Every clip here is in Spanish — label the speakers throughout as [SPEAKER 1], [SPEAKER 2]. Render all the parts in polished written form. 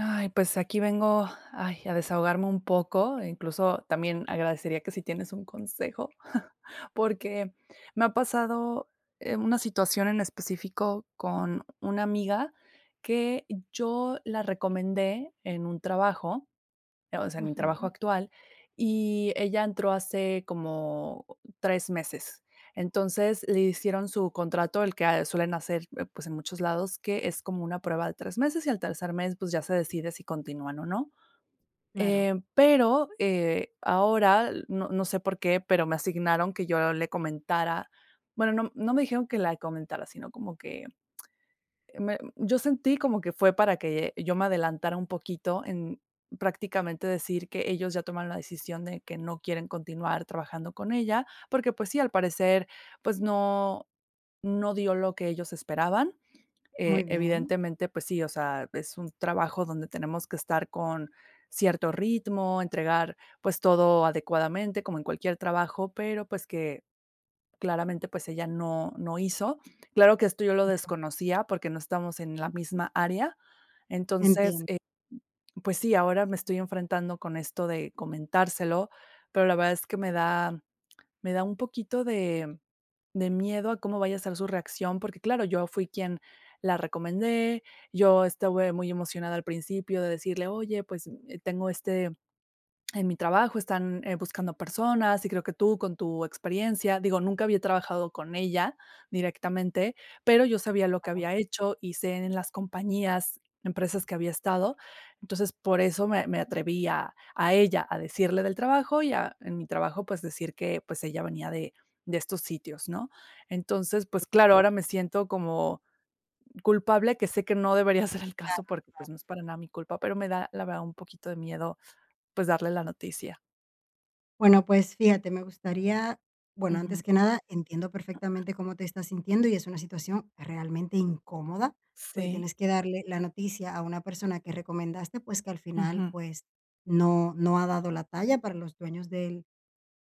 [SPEAKER 1] Ay, pues aquí vengo, ay, a desahogarme un poco, e incluso también agradecería que si tienes un consejo, porque me ha pasado, una situación en específico con una amiga que yo la recomendé en un trabajo, o sea, en mi
[SPEAKER 2] Ujú,
[SPEAKER 1] trabajo actual, y ella entró hace como 3 meses. Entonces, le hicieron su contrato, el que suelen hacer, pues, en muchos lados, que es como una prueba de 3 meses, y al tercer mes, pues, ya se decide si continúan o no.
[SPEAKER 2] claro,
[SPEAKER 1] Pero, ahora no sé por qué, pero me asignaron que yo le comentara, bueno, no me dijeron que la comentara, sino como que me yo sentí como que fue para que yo me adelantara un poquito en prácticamente decir que ellos ya tomaron la decisión de que no quieren continuar trabajando con ella, porque, pues sí, al parecer, pues no, no dio lo que ellos esperaban.
[SPEAKER 2] muy bien,
[SPEAKER 1] Evidentemente, pues sí, o sea, es un trabajo donde tenemos que estar con cierto ritmo, entregar, pues, todo adecuadamente, como en cualquier trabajo, pero, pues, que claramente, pues, ella no hizo. Claro que esto yo lo desconocía porque no estamos en la misma área. Entonces,
[SPEAKER 2] entiendo.
[SPEAKER 1] pues sí, ahora me estoy enfrentando con esto de comentárselo, pero la verdad es que me da, me da un poquito de miedo a cómo vaya a ser su reacción, porque claro, yo fui quien la recomendé, yo estuve muy emocionada al principio de decirle: "Oye, pues, tengo este, en mi trabajo están, buscando personas y creo que tú con tu experiencia, digo, nunca había trabajado con ella directamente, pero yo sabía lo que había hecho y sé en las compañías, empresas que había estado. Entonces, por eso me atreví a ella, a decirle del trabajo y a en mi trabajo, pues, decir que, pues, ella venía de estos sitios, ¿no? Entonces, pues, claro, ahora me siento como culpable, que sé que no debería ser el caso porque, pues, no es para nada mi culpa, pero me da, la verdad, un poquito de miedo, pues, darle la noticia.
[SPEAKER 2] Bueno, pues fíjate, me gustaría, bueno, antes
[SPEAKER 1] Uhum.
[SPEAKER 2] que nada, entiendo perfectamente cómo te estás sintiendo y es una situación realmente incómoda, porque
[SPEAKER 1] Sí.
[SPEAKER 2] tienes que darle la noticia a una persona que recomendaste, pues que al final,
[SPEAKER 1] Uhum.
[SPEAKER 2] pues no, no ha dado la talla para los dueños del,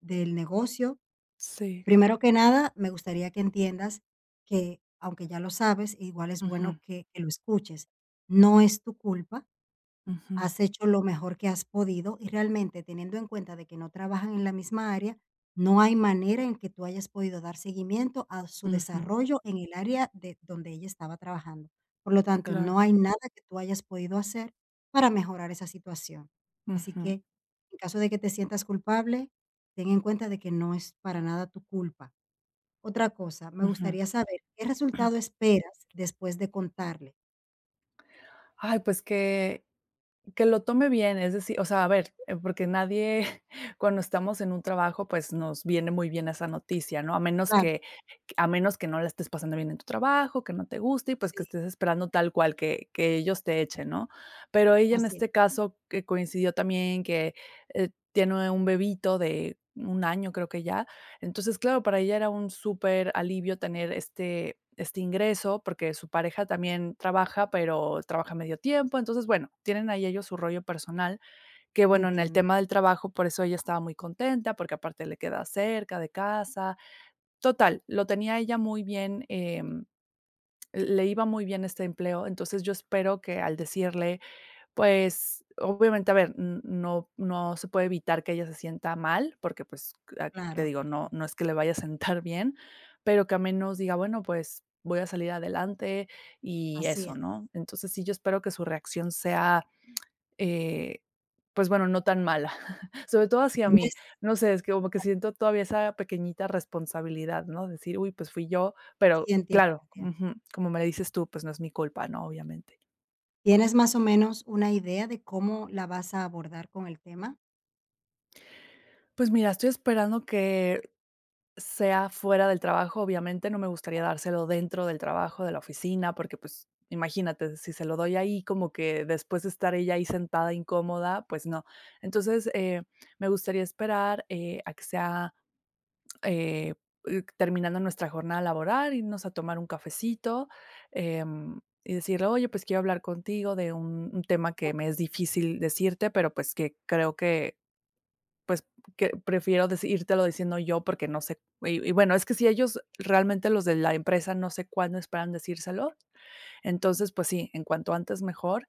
[SPEAKER 2] del negocio.
[SPEAKER 1] Sí.
[SPEAKER 2] Primero que nada, me gustaría que entiendas que, aunque ya lo sabes, igual es bueno
[SPEAKER 1] Uhum.
[SPEAKER 2] que lo escuches. No es tu culpa.
[SPEAKER 1] Uhum.
[SPEAKER 2] Has hecho lo mejor que has podido y realmente teniendo en cuenta de que no trabajan en la misma área, no hay manera en que tú hayas podido dar seguimiento a su
[SPEAKER 1] Uhum.
[SPEAKER 2] desarrollo en el área de donde ella estaba trabajando. Por lo tanto,
[SPEAKER 1] Claro.
[SPEAKER 2] no hay nada que tú hayas podido hacer para mejorar esa situación. Así que,
[SPEAKER 1] Ujú.
[SPEAKER 2] en caso de que te sientas culpable, ten en cuenta de que no es para nada tu culpa. Otra cosa, me
[SPEAKER 1] Ujú.
[SPEAKER 2] gustaría saber qué resultado esperas después de contarle.
[SPEAKER 1] Ay, pues que lo tome bien, es decir, o sea, a ver, porque nadie, cuando estamos en un trabajo, pues, nos viene muy bien esa noticia, ¿no? A menos
[SPEAKER 2] Claro,
[SPEAKER 1] que, a menos que no la estés pasando bien en tu trabajo, que no te guste y, pues,
[SPEAKER 2] sí,
[SPEAKER 1] que estés esperando tal cual que ellos te echen, ¿no? Pero ella en
[SPEAKER 2] así,
[SPEAKER 1] este caso, que coincidió también que, tiene un bebito de un año, creo que ya. Entonces, claro, para ella era un súper alivio tener este, este ingreso, porque su pareja también trabaja, pero trabaja medio tiempo. Entonces, bueno, tienen ahí ellos su rollo personal, que bueno, en el
[SPEAKER 2] entiendo.
[SPEAKER 1] tema del trabajo, por eso ella estaba muy contenta, porque aparte le queda cerca de casa. Total, lo tenía ella muy bien, le iba muy bien este empleo. Entonces, yo espero que al decirle, pues, obviamente, a ver, n no, no se puede evitar que ella se sienta mal, porque, pues, te
[SPEAKER 2] Claro.
[SPEAKER 1] digo, no, no es que le vaya a sentar bien, pero que al menos diga: "Bueno, pues, voy a salir adelante", y
[SPEAKER 2] Así
[SPEAKER 1] eso,
[SPEAKER 2] es.
[SPEAKER 1] ¿no? Entonces, sí, yo espero que su reacción sea, eh, pues, bueno, no tan mala, sobre todo hacia mí.
[SPEAKER 2] Tienes
[SPEAKER 1] No sé, es que como que siento todavía esa pequeñita responsabilidad, ¿no? Decir: "Uy, pues, fui yo", pero
[SPEAKER 2] sí, entiendo,
[SPEAKER 1] claro,
[SPEAKER 2] entiendo.
[SPEAKER 1] ujú, como me dices tú, pues, no es mi culpa, ¿no? Obviamente.
[SPEAKER 2] ¿Tienes más o menos una idea de cómo la vas a abordar con el tema?
[SPEAKER 1] Pues mira, estoy esperando que sea fuera del trabajo, obviamente no me gustaría dárselo dentro del trabajo, de la oficina, porque, pues, imagínate, si se lo doy ahí, como que después de estar ella ahí sentada incómoda, pues no. Entonces, me gustaría esperar, a que sea, eh, terminando nuestra jornada laboral, irnos a tomar un cafecito, y decirle: "Oye, pues quiero hablar contigo de un tema que me es difícil decirte, pero, pues, que creo que pues, que prefiero deci írtelo diciendo yo porque no sé y bueno, es que si ellos realmente los de la empresa no sé cuándo esperan decírselo, entonces, pues sí, en cuanto antes mejor,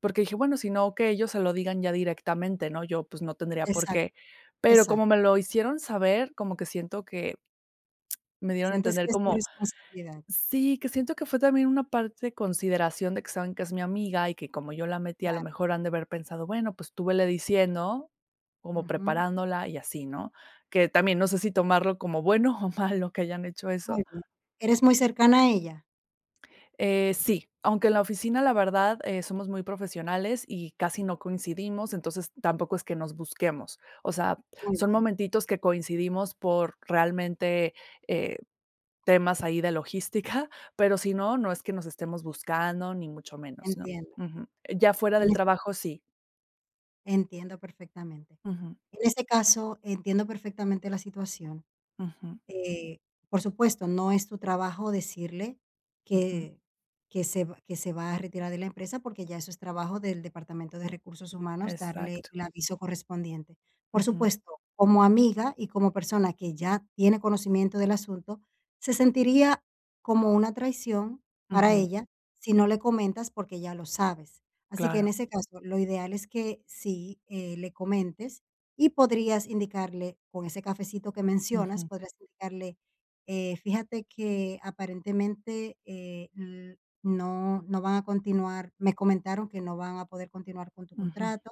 [SPEAKER 1] porque dije: "Bueno, si no, que ellos se lo digan ya directamente", ¿no? Yo, pues, no tendría por
[SPEAKER 2] Exacto,
[SPEAKER 1] qué, pero como
[SPEAKER 2] exacto.
[SPEAKER 1] me lo hicieron saber, como que siento que me dieron a
[SPEAKER 2] Sientes que
[SPEAKER 1] entender
[SPEAKER 2] es tu
[SPEAKER 1] como,
[SPEAKER 2] responsabilidad.
[SPEAKER 1] sí, que siento que fue también una parte de consideración de que saben que es mi amiga y que como yo la metí, a lo mejor han de haber pensado, bueno, pues tú vele diciendo, como
[SPEAKER 2] Ujú,
[SPEAKER 1] preparándola y así, ¿no? Que también no sé si tomarlo como bueno o malo que hayan hecho eso.
[SPEAKER 2] muy bien. ¿Eres muy cercana a ella?
[SPEAKER 1] Sí, aunque en la oficina la verdad somos muy profesionales y casi no coincidimos, entonces tampoco es que nos busquemos. O sea,
[SPEAKER 2] Muy
[SPEAKER 1] son
[SPEAKER 2] bien,
[SPEAKER 1] momentitos que coincidimos por realmente eh, temas ahí de logística, pero si no, no es que nos estemos buscando, ni mucho menos, ¿no?
[SPEAKER 2] entiendo,
[SPEAKER 1] Ujú. Ya
[SPEAKER 2] entiendo.
[SPEAKER 1] fuera
[SPEAKER 2] En
[SPEAKER 1] del
[SPEAKER 2] ese
[SPEAKER 1] trabajo,
[SPEAKER 2] caso
[SPEAKER 1] sí.
[SPEAKER 2] entiendo perfectamente.
[SPEAKER 1] Ujú,
[SPEAKER 2] En ese caso, entiendo perfectamente la situación.
[SPEAKER 1] ujú,
[SPEAKER 2] Eh, por supuesto, no es tu trabajo decirle
[SPEAKER 1] ujú.
[SPEAKER 2] que se va que se va a retirar de la empresa, porque ya eso es trabajo del Departamento de Recursos Humanos darle
[SPEAKER 1] Exacto.
[SPEAKER 2] el aviso correspondiente. Por
[SPEAKER 1] Ujú,
[SPEAKER 2] supuesto, como amiga y como persona que ya tiene conocimiento del asunto, se sentiría como una traición para
[SPEAKER 1] ujú.
[SPEAKER 2] ella si no le comentas porque ya lo sabes. Así que en
[SPEAKER 1] Claro.
[SPEAKER 2] ese caso, lo ideal es que sí, le comentes y podrías indicarle, con ese cafecito que mencionas,
[SPEAKER 1] Ujú,
[SPEAKER 2] podrías indicarle, fíjate que aparentemente, l no van a continuar, me comentaron que no van a poder continuar con tu
[SPEAKER 1] ujú,
[SPEAKER 2] contrato,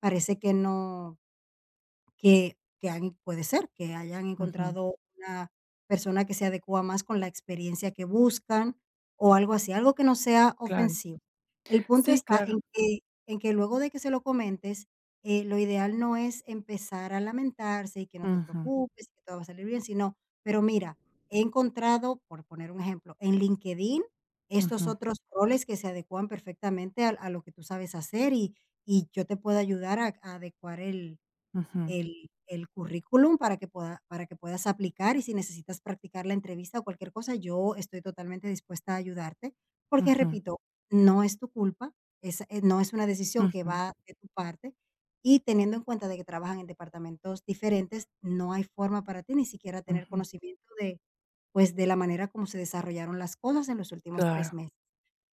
[SPEAKER 2] parece que no que que han puede ser que hayan
[SPEAKER 1] ujú.
[SPEAKER 2] encontrado una persona que se adecua más con la experiencia que buscan o algo así, algo que no sea
[SPEAKER 1] Claro.
[SPEAKER 2] ofensivo. El punto
[SPEAKER 1] Sí,
[SPEAKER 2] está
[SPEAKER 1] claro.
[SPEAKER 2] en que luego de que se lo comentes, lo ideal no es empezar a lamentarse y que no te
[SPEAKER 1] Ujú,
[SPEAKER 2] preocupes que todo va a salir bien, sino, pero mira, he encontrado, por poner un ejemplo, en LinkedIn estos
[SPEAKER 1] ujú,
[SPEAKER 2] otros roles que se adecuan perfectamente al a lo que tú sabes hacer y yo te puedo ayudar a adecuar
[SPEAKER 1] ujú,
[SPEAKER 2] el currículum para que pueda para que puedas aplicar y si necesitas practicar la entrevista o cualquier cosa, yo estoy totalmente dispuesta a ayudarte, porque
[SPEAKER 1] ujú,
[SPEAKER 2] repito, no es tu culpa, es, no es una decisión que
[SPEAKER 1] ujú,
[SPEAKER 2] va de tu parte y teniendo en cuenta de que trabajan en departamentos diferentes, no hay forma para ti ni siquiera tener
[SPEAKER 1] ujú.
[SPEAKER 2] conocimiento de, pues, de la manera como se desarrollaron las cosas en los últimos 3
[SPEAKER 1] Claro,
[SPEAKER 2] meses.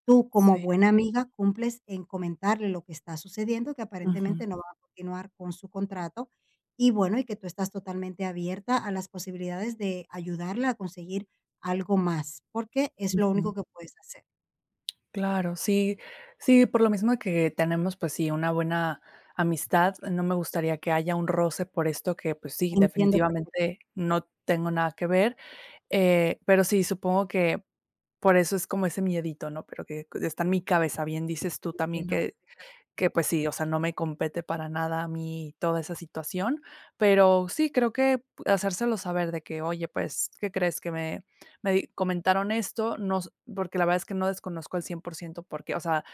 [SPEAKER 2] Tú, como
[SPEAKER 1] sí.
[SPEAKER 2] buena amiga, cumples en comentarle lo que está sucediendo, que aparentemente
[SPEAKER 1] Ujú,
[SPEAKER 2] no va a continuar con su contrato, y bueno, y que tú estás totalmente abierta a las posibilidades de ayudarla a conseguir algo más, porque es lo único
[SPEAKER 1] ujú.
[SPEAKER 2] que puedes hacer.
[SPEAKER 1] Claro, sí, sí, por lo mismo de que tenemos, pues sí, una buena amistad, no me gustaría que haya un roce por esto que, pues sí,
[SPEAKER 2] Entiendo
[SPEAKER 1] definitivamente
[SPEAKER 2] perfectamente,
[SPEAKER 1] no tengo nada que ver, pero sí, supongo que por eso es como ese miedito, ¿no? Pero que está en mi cabeza, bien dices tú también
[SPEAKER 2] entiendo perfectamente.
[SPEAKER 1] que, pues sí, o sea, no me compete para nada a mí toda esa situación, pero sí, creo que hacérselo saber de que: "Oye, pues, ¿qué crees? Que me me di comentaron esto, no s" porque la verdad es que no desconozco al 100% porque, o sea,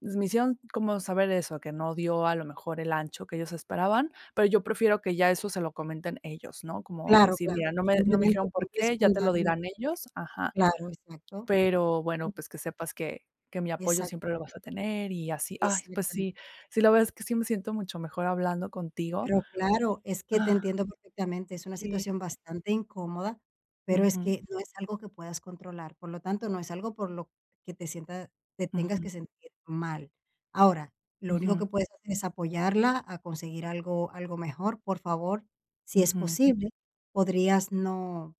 [SPEAKER 1] me hicieron como saber eso, que no dio a lo mejor el ancho que ellos esperaban, pero yo prefiero que ya eso se lo comenten ellos, ¿no? Como
[SPEAKER 2] Claro,
[SPEAKER 1] decir:
[SPEAKER 2] claro,
[SPEAKER 1] "Mira, no
[SPEAKER 2] tú
[SPEAKER 1] me no me
[SPEAKER 2] simplemente
[SPEAKER 1] dijeron por
[SPEAKER 2] cumples
[SPEAKER 1] qué, ya
[SPEAKER 2] con
[SPEAKER 1] te lo
[SPEAKER 2] darle
[SPEAKER 1] dirán ellos". Ajá.
[SPEAKER 2] claro, exacto.
[SPEAKER 1] Pero bueno, pues que sepas que mi apoyo
[SPEAKER 2] Exactamente,
[SPEAKER 1] siempre lo vas a tener y así. Ay, pues sí,
[SPEAKER 2] exactamente.
[SPEAKER 1] sí, la verdad es que sí me siento mucho mejor hablando contigo.
[SPEAKER 2] Pero claro, es que te
[SPEAKER 1] Ah,
[SPEAKER 2] entiendo perfectamente, es una
[SPEAKER 1] sí.
[SPEAKER 2] situación bastante incómoda, pero es
[SPEAKER 1] Ujú,
[SPEAKER 2] que no es algo que puedas controlar, por lo tanto, no es algo por lo que te tengas
[SPEAKER 1] ujú,
[SPEAKER 2] que sentir mal. Ahora, lo único
[SPEAKER 1] ujú,
[SPEAKER 2] que puedes hacer es apoyarla a conseguir algo mejor. Por favor, si es
[SPEAKER 1] ujú.
[SPEAKER 2] posible, podrías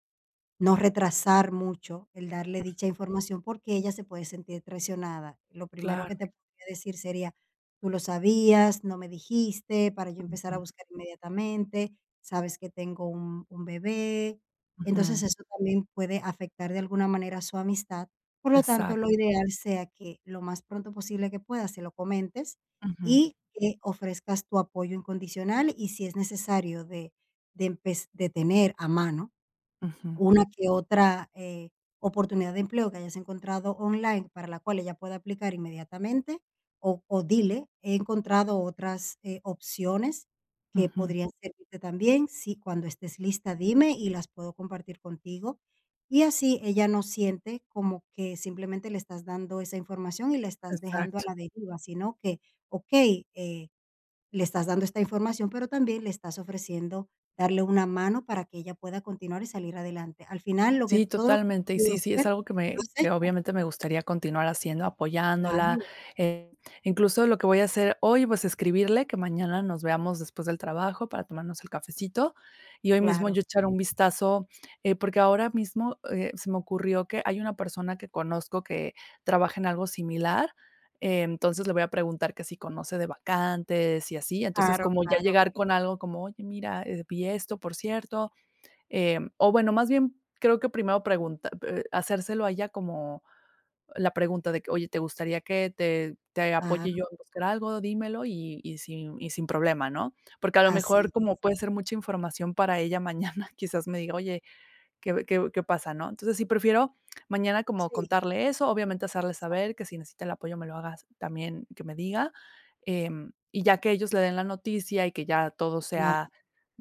[SPEAKER 2] no retrasar mucho el darle dicha información, porque ella se puede sentir traicionada. Lo primero que
[SPEAKER 1] Claro.
[SPEAKER 2] te podría decir sería: "Tú lo sabías, no me dijiste, para yo empezar a
[SPEAKER 1] Ujú,
[SPEAKER 2] buscar inmediatamente, sabes que tengo un bebé". Entonces,
[SPEAKER 1] ujú.
[SPEAKER 2] eso también puede afectar de alguna manera su amistad. Por lo tanto, lo
[SPEAKER 1] Exacto.
[SPEAKER 2] ideal sea que lo más pronto posible que puedas se lo comentes
[SPEAKER 1] Ujú,
[SPEAKER 2] y que ofrezcas tu apoyo incondicional y si es necesario de empez de tener a mano
[SPEAKER 1] ujú,
[SPEAKER 2] una que otra, oportunidad de empleo que hayas encontrado online para la cual ella pueda aplicar inmediatamente, o dile: "He encontrado otras, opciones que
[SPEAKER 1] ujú.
[SPEAKER 2] podrían servirte también. Si cuando estés lista, dime y las puedo compartir contigo". Y así ella no siente como que simplemente le estás dando esa información y la estás dejando a
[SPEAKER 1] Exacto.
[SPEAKER 2] la deriva, sino que, okey, le estás dando esta información, pero también le estás ofreciendo darle una mano para que ella pueda continuar y salir adelante. Al final, lo que
[SPEAKER 1] Sí,
[SPEAKER 2] todo lo que has
[SPEAKER 1] totalmente. Y
[SPEAKER 2] podido
[SPEAKER 1] sí, sí,
[SPEAKER 2] hacer,
[SPEAKER 1] es algo que
[SPEAKER 2] lo
[SPEAKER 1] me
[SPEAKER 2] has
[SPEAKER 1] que
[SPEAKER 2] hecho.
[SPEAKER 1] obviamente me gustaría continuar haciendo, apoyándola,
[SPEAKER 2] Claro,
[SPEAKER 1] eh, incluso lo que voy a hacer hoy, pues, escribirle que mañana nos veamos después del trabajo para tomarnos el cafecito, y hoy mismo
[SPEAKER 2] claro,
[SPEAKER 1] yo echar un vistazo, porque ahora mismo, se me ocurrió que hay una persona que conozco que trabaja en algo similar, entonces le voy a preguntar que si conoce de vacantes y así. Entonces,
[SPEAKER 2] claro,
[SPEAKER 1] como ya
[SPEAKER 2] claro,
[SPEAKER 1] llegar con algo como: "Oye, mira, vi esto, por cierto, o bueno, más bien creo que primero pregunta hacérselo a ella como la pregunta de que: "Oye, ¿te gustaría que te apoye
[SPEAKER 2] claro.
[SPEAKER 1] yo en buscar algo? Dímelo y y sin problema", ¿no? Porque a lo
[SPEAKER 2] Así
[SPEAKER 1] mejor,
[SPEAKER 2] es.
[SPEAKER 1] como puede ser mucha información para ella mañana, quizás me diga: "Oye, qué qué pasa, ¿no? Entonces, sí prefiero mañana como
[SPEAKER 2] Sí,
[SPEAKER 1] contarle eso, obviamente hacerle
[SPEAKER 2] exacto,
[SPEAKER 1] saber que si necesita el apoyo me lo haga también que me diga, y ya que ellos le den la noticia y que ya todo
[SPEAKER 2] claro,
[SPEAKER 1] sea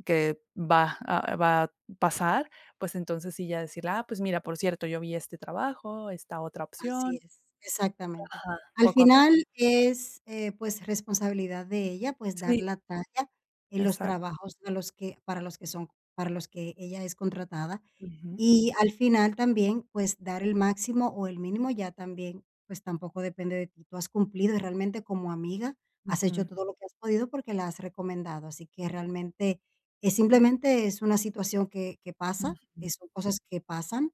[SPEAKER 1] que va a pasar, pues entonces sí ya decirle: "Ah, pues mira, por cierto, yo vi este trabajo, esta otra
[SPEAKER 2] así
[SPEAKER 1] opción".
[SPEAKER 2] es. Exactamente.
[SPEAKER 1] Ajá,
[SPEAKER 2] Al
[SPEAKER 1] poco a poco.
[SPEAKER 2] final es, pues, responsabilidad de ella, pues, dar
[SPEAKER 1] Sí,
[SPEAKER 2] la talla en los
[SPEAKER 1] exacto.
[SPEAKER 2] trabajos a los que para los que son para los que ella es contratada.
[SPEAKER 1] Ujú,
[SPEAKER 2] Y al final también, pues, dar el máximo o el mínimo ya también, pues, tampoco depende de ti. Tú has cumplido y realmente como amiga has hecho
[SPEAKER 1] ujú,
[SPEAKER 2] todo lo que has podido porque la has recomendado. Así que realmente, es simplemente es una situación que pasa,
[SPEAKER 1] ujú,
[SPEAKER 2] son cosas que pasan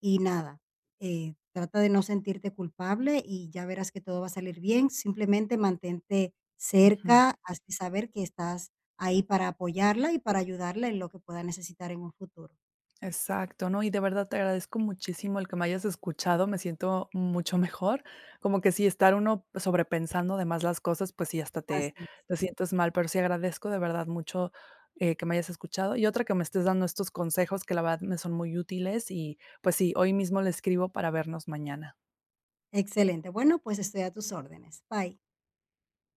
[SPEAKER 2] y nada, trata de no sentirte culpable y ya verás que todo va a salir bien. Simplemente mantente
[SPEAKER 1] ujú.
[SPEAKER 2] cerca, hazle saber que estás ahí para apoyarla y para ayudarla en lo que pueda necesitar en un futuro.
[SPEAKER 1] Exacto, no, y de verdad te agradezco muchísimo el que me hayas escuchado, me siento mucho mejor, como que si estar uno sobrepensando de más las cosas, pues sí, hasta
[SPEAKER 2] Así
[SPEAKER 1] te,
[SPEAKER 2] es.
[SPEAKER 1] te sientes mal, pero sí agradezco de verdad mucho que me hayas escuchado y otra que me estés dando estos consejos que la verdad me son muy útiles y pues sí, hoy mismo le escribo para vernos mañana.
[SPEAKER 2] Excelente. Bueno, pues estoy a tus órdenes. Bye.